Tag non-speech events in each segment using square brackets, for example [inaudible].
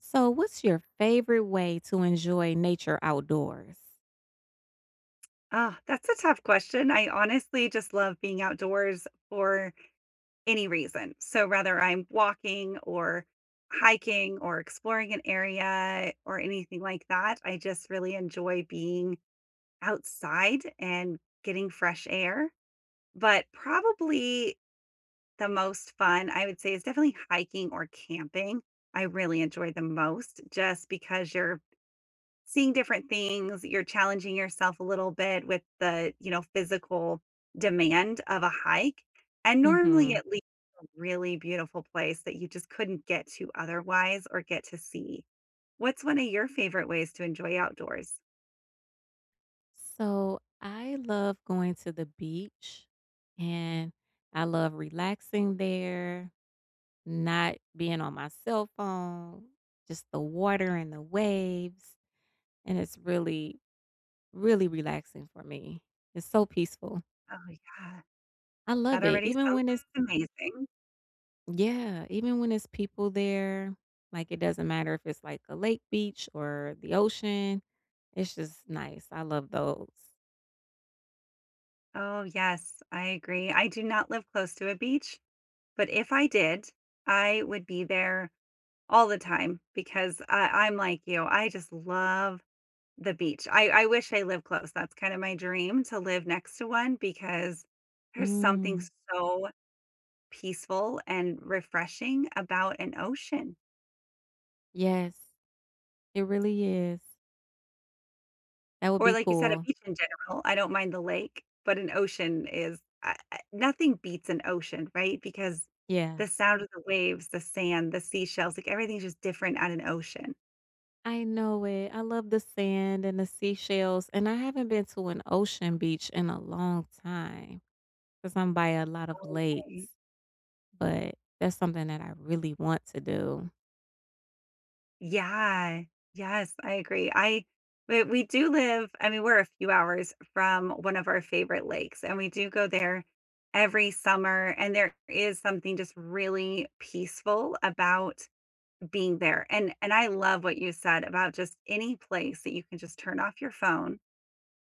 So, what's your favorite way to enjoy nature outdoors? Ah, that's a tough question. I honestly just love being outdoors for any reason. So whether I'm walking or hiking or exploring an area or anything like that, I just really enjoy being outside and getting fresh air. But probably the most fun I would say is definitely hiking or camping. I really enjoy the most just because you're seeing different things, you're challenging yourself a little bit with the, physical demand of a hike, and normally Hmm. it leads to a really beautiful place that you just couldn't get to otherwise or get to see. What's one of your favorite ways to enjoy outdoors? So, I love going to the beach and I love relaxing there, not being on my cell phone, just the water and the waves. And it's really, really relaxing for me. It's so peaceful. Oh, yeah. I That love it. already Even sounds when it's— amazing. yeah, even when it's people there, like it doesn't matter if it's like a lake beach or the ocean. It's just nice. I love those. Oh, yes, I agree. I do not live close to a beach, but if I did, I would be there all the time because I'm like you, I just love the beach. I wish I lived close, that's kind of my dream to live next to one because there's something Mm, so peaceful and refreshing about an ocean, yes, it really is. That would or be like you said, a cool. beach in general. I don't mind the lake, but an ocean is I nothing beats an ocean, right? Because Yeah, the sound of the waves, the sand, the seashells, like, everything's just different at an ocean. I know it. I love the sand and the seashells. And I haven't been to an ocean beach in a long time because I'm by a lot of Okay. lakes, but that's something that I really want to do. Yeah. Yes, I agree. I But we do live, I mean, we're a few hours from one of our favorite lakes, and we do go there every summer. And there is something just really peaceful about being there. And I love what you said about just any place that you can just turn off your phone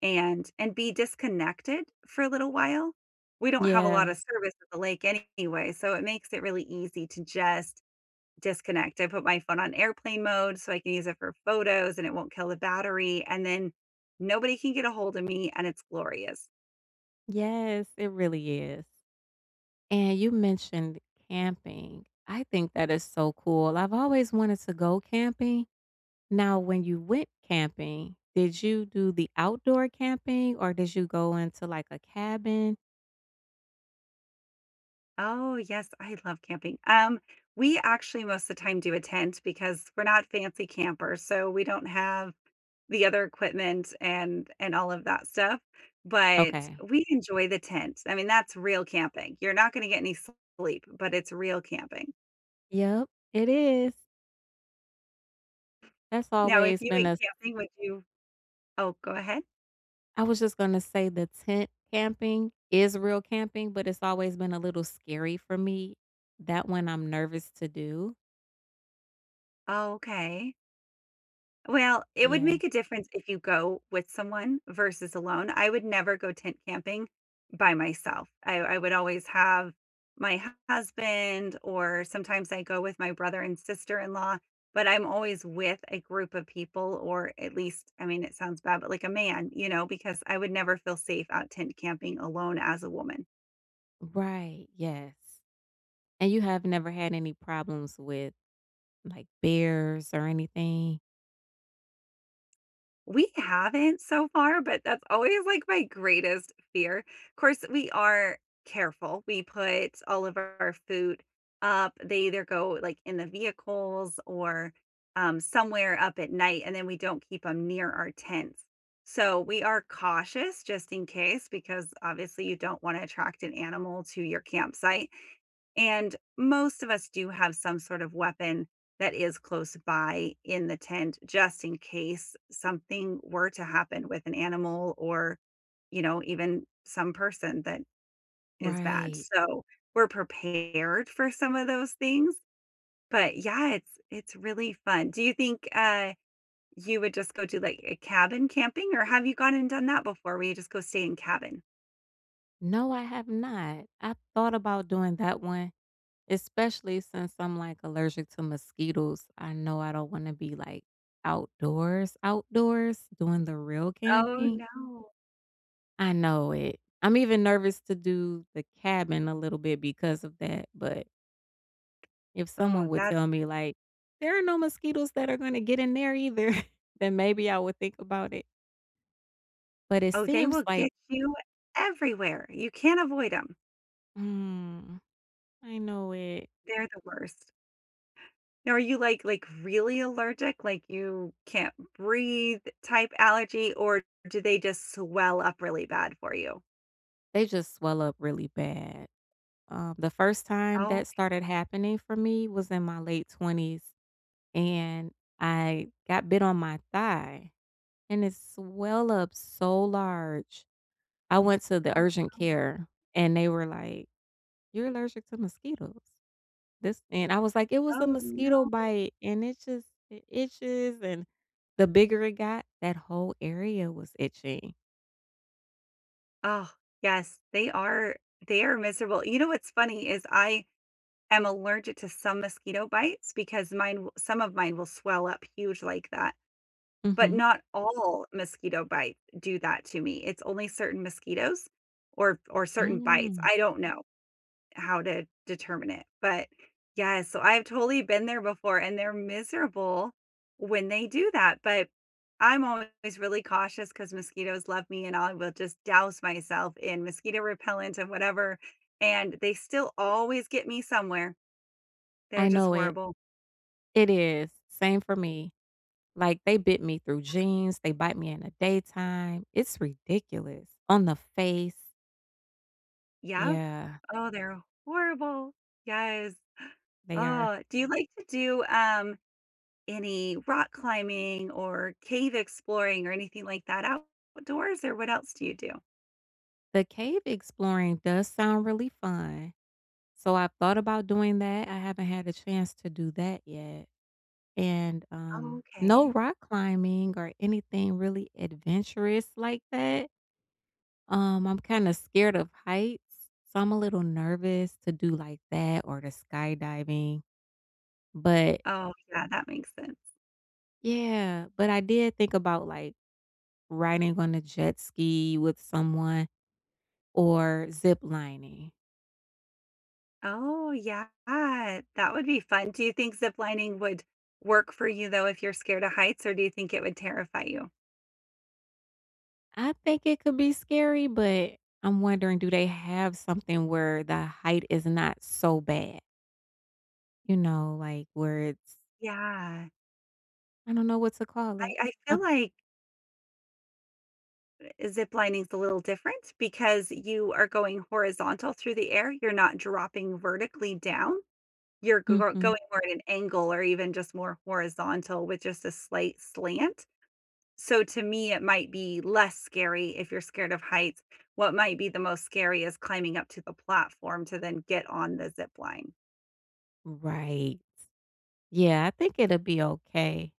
and be disconnected for a little while. We don't have a lot Yeah, of service at the lake anyway, so it makes it really easy to just disconnect. I put my phone on airplane mode so I can use it for photos and it won't kill the battery. And then nobody can get a hold of me and it's glorious. yes, it really is. And you mentioned camping. I think that is so cool. I've always wanted to go camping. Now, when you went camping, did you do the outdoor camping or did you go into like a cabin? Oh, yes, I love camping. We actually most of the time do a tent because we're not fancy campers, so we don't have the other equipment and all of that stuff. But Okay. we enjoy the tent. I mean, that's real camping. You're not going to get any sleep, but it's real camping. Yep, it is. That's Now, if always you been went a— camping, would you? Oh, go ahead. I was just going to say the tent camping is real camping, but it's always been a little scary for me. That one I'm nervous to do. Oh, okay. Well, it would Yeah. make a difference if you go with someone versus alone. I would never go tent camping by myself. I would always have my husband, or sometimes I go with my brother and sister in law, but I'm always with a group of people, or at least, I mean, it sounds bad, but like a man, because I would never feel safe out tent camping alone as a woman. Right. Yes. And you have never had any problems with— like bears or anything? We haven't so far, but that's always, like, my greatest fear. Of course, we are careful. We put all of our food up. They either go, like, in the vehicles or, somewhere up at night, and then we don't keep them near our tents. So, we are cautious just in case because, obviously, you don't wanna attract an animal to your campsite, and most of us do have some sort of weapon that is close by in the tent just in case something were to happen with an animal or, you know, even some person that is bad. Right. So we're prepared for some of those things. But yeah, it's really fun. Do you think you would just go do like a cabin camping or have you gone and done that before where you just go stay in cabin? No, I have not. I've thought about doing that one, especially since I'm, like, allergic to mosquitoes. I know I don't wanna be, like, outdoors, outdoors doing the real Oh camping. no. I know it. I'm even nervous to do the cabin a little bit because of that, but if someone Oh, would that's tell me, like, "There are no mosquitoes that are gonna get in there either," [laughs] then maybe I would think about it. But it oh, they seems will get like— you everywhere. You can't avoid them. mm. I know it. They're the worst. Now are you, like, really allergic, like you can't breathe type allergy, or do they just swell up really bad for you? They just swell up really bad. The first time Oh, that started happening for me was in my late 20s, and I got bit on my thigh, and it swelled up so large. I went to oh, the no. urgent care, and they were like, "You're allergic to mosquitoes." This, and I was like, "It was a Oh, no. mosquito bite, and it just it itches." And the bigger it got, that whole area was itching. Oh, yes, they are miserable. You know what's funny is I am allergic to some mosquito bites because mine w some of mine will swell up huge like that. But Hmm. not all mosquito bites do that to me. It's only certain mosquitoes or certain bites. Mm. I don't know how to determine it, but yeah, so I've totally been there before and they're miserable when they do that, but I'm always really cautious because mosquitoes love me and I will just douse myself in mosquito repellent and whatever, and they still always get me somewhere. They're I just know it. horrible. It is. Same for me. Like, they bit me through jeans, they bite me in the daytime. It's ridiculous. On the face. Yep. Yeah, Oh, they're horrible. Yes. they are. Oh, do you like to do, any rock climbing or cave exploring or anything like that outdoors, or what else do you do? The cave exploring does sound really fun. So I've thought about doing that. I haven't had a chance to do that yet. And Oh, no okay. rock climbing or anything really adventurous like that. I'm kind of scared of heights, so I'm a little nervous to do like that or the skydiving. But— Oh, yeah, that makes sense. yeah, but I did think about, like, riding on a jet ski with someone or zip lining. Oh, yeah, that would be fun. Do you think zip lining would work for you, though, if you're scared of heights, or do you think it would terrify you? I think it could be scary, but I'm wondering, do they have something where the height is not so bad? You know, like, where it's— Yeah. I don't know what to call it. I feel I like zip lining's a little different because you are going horizontal through the air, you're not dropping vertically down. You're go Mhm. going more at an angle or even just more horizontal with just a slight slant. So to me, it might be less scary if you're scared of heights. What might be the most scary is climbing up to the platform to then get on the zip line. Right. Yeah, I think it'll be okay.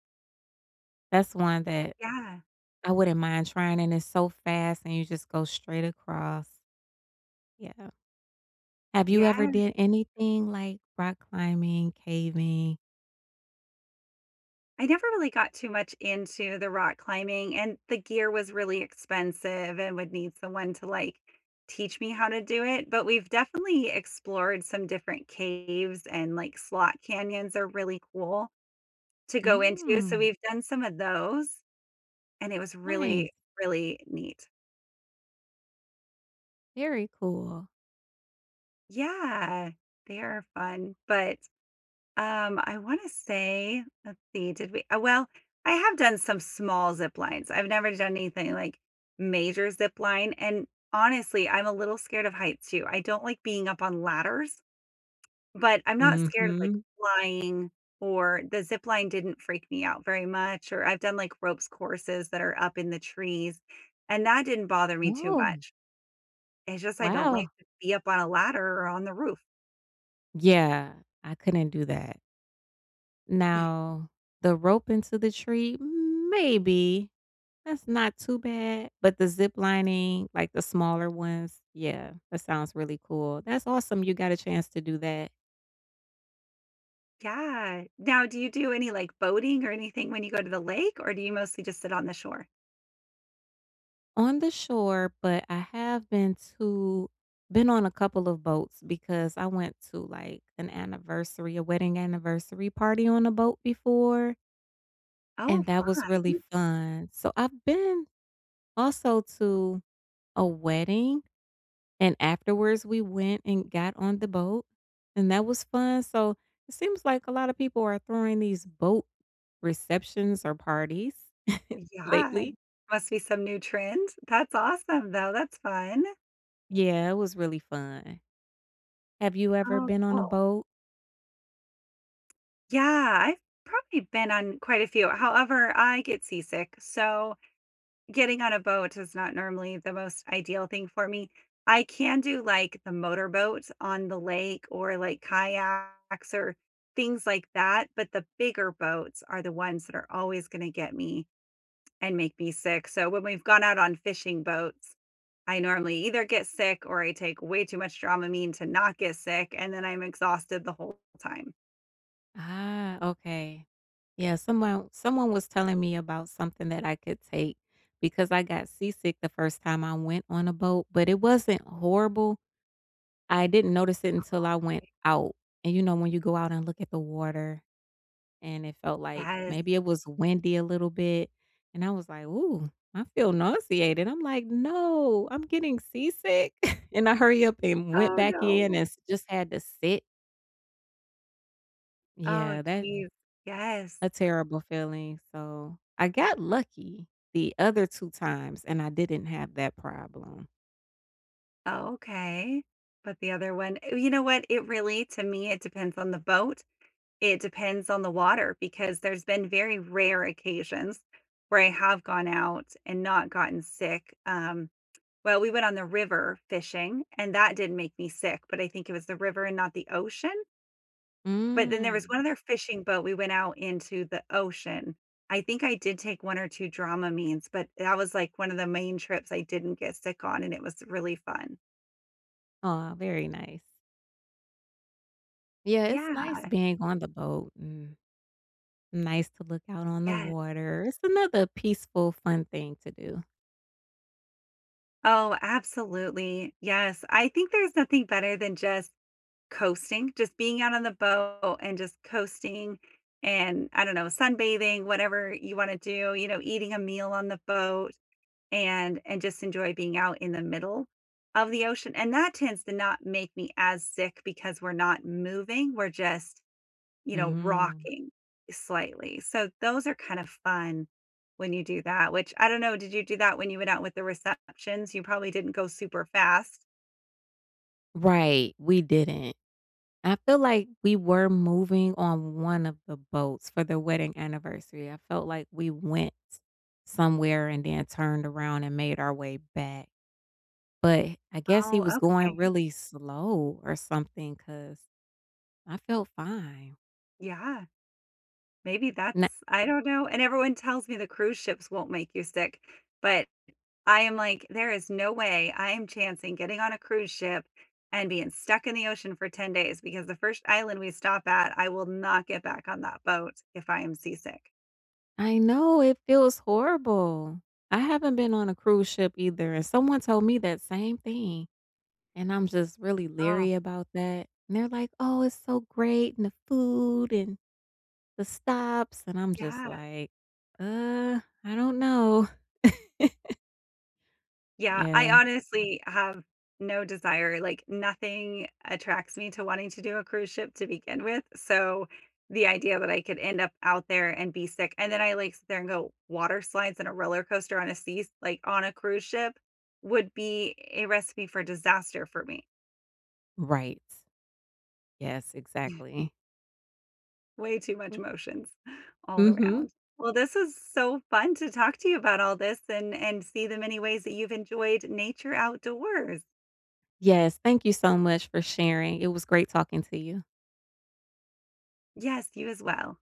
That's one that Yeah. I wouldn't mind trying, and it's so fast, and you just go straight across. Yeah. Have you ever Yeah. did anything like rock climbing, caving? I never really got too much into the rock climbing and the gear was really expensive and would need someone to like teach me how to do it. But we've definitely explored some different caves and like slot canyons are really cool to go into, so Mm, we've done some of those, and it was nice. really, really neat. Very cool. Yeah, they are fun, but, I wanna say let's see, did we well, I have done some small zip lines. I've never done anything like major zip line, and honestly, I'm a little scared of heights too. I don't like being up on ladders. But I'm not scared of, like, Mhm. flying or the zip line didn't freak me out very much, or I've done, like, ropes courses that are up in the trees, and that didn't bother me too Oh, much. It's just I don't like wow. to be up on a ladder or on the roof. Yeah, I couldn't do that. [laughs] Now, the rope into the tree, maybe. That's not too bad, but the zip lining, like the smaller ones, yeah, that sounds really cool. That's awesome you got a chance to do that. Yeah. Now, do you do any, like, boating or anything when you go to the lake, or do you mostly just sit on the shore? On the shore, but I have been to— been on a couple of boats because I went to, like, an anniversary— a wedding anniversary party on a boat before, Oh, and fu that was really fun. So, I've been also to a wedding, and afterwards, we went and got on the boat, and that was fun. So, it seems like a lot of people are throwing these boat receptions or parties Yeah. lately. Must be some new trend. That's awesome, though. That's fun. Yeah, it was really fun. Have you ever Oh, been on a cool. boat? Yeah, I've probably been on quite a few. However, I get seasick, so getting on a boat is not normally the most ideal thing for me. I can do, like, the motorboat on the lake or, like, kayaks or things like that, but the bigger boats are the ones that are always gonna get me and make me sick. So when we've gone out on fishing boats, I normally either get sick or I take way too much Dramamine to not get sick, and then I'm exhausted the whole time. Ah, okay. Yeah, someone was telling me about something that I could take because I got seasick the first time I went on a boat, but it wasn't horrible. I didn't notice it until I went out. And you know, when you go out and look at the water and it felt like Yes. maybe it was windy a little bit. And I was like, ooh, I feel nauseated. I'm like, no, I'm getting seasick. [laughs] And I hurry up and went Oh, back in no. and just had to sit. Oh, Yeah, that— geez. Yes. a terrible feeling, so I got lucky the other two times, and I didn't have that problem. Oh, okay. But the other one you know what? It really To me, it depends on the boat. It depends on the water because there's been very rare occasions where I have gone out and not gotten sick, well, we went on the river fishing, and that did make me sick, but I think it was the river and not the ocean. But then there was Mm. one other fishing boat, we went out into the ocean. I think I did take 1 or 2 Dramamines, but that was, like, one of the main trips I didn't get sick on, and it was really fun. Aw, very nice. Yeah, it's Yeah, nice being on the boat and nice to look out on the yes. water. It's another peaceful, fun thing to do. Oh, absolutely, yes. I think there's nothing better than just coasting, just being out on the boat and just coasting and, I don't know, sunbathing, whatever you wanna do, you know, eating a meal on the boat and just enjoy being out in the middle of the ocean. And that tends to not make me as sick because we're not moving, we're just, you know, Mm. rocking slightly. So those are kind of fun when you do that, which I don't know, did you do that when you went out with the receptions? You probably didn't go super fast. Right, we didn't. I feel like we were moving on one of the boats for the wedding anniversary. I felt like we went somewhere and then turned around and made our way back. But I guess he Oh, was going okay. really slow or something because I felt fine. Yeah. Maybe N— that's I don't know. And everyone tells me the cruise ships won't make you sick, but I am like, "There is no way I am chancing getting on a cruise ship and being stuck in the ocean for 10 days because the first island we stop at, I will not get back on that boat if I am seasick." I know it feels horrible. I haven't been on a cruise ship either, and someone told me that same thing, and I'm just really Oh, leery about that, and they're like, "Oh, it's so great, and the food and the stops," and I'm just yeah. like, I don't know." [laughs] Yeah, I Yeah, honestly have no desire, like, nothing attracts me to wanting to do a cruise ship to begin with, so the idea that I could end up out there and be sick and then I, like, sit there and go water slides and a roller coaster on a sea like, on a cruise ship would be a recipe for disaster for me. right. Yes, exactly. Way too much emotions Mm all mhm. around. Well, this is so fun to talk to you about all this and see the many ways that you've enjoyed nature outdoors. Yes, thank you so much for sharing. It was great talking to you. Yes, you as well.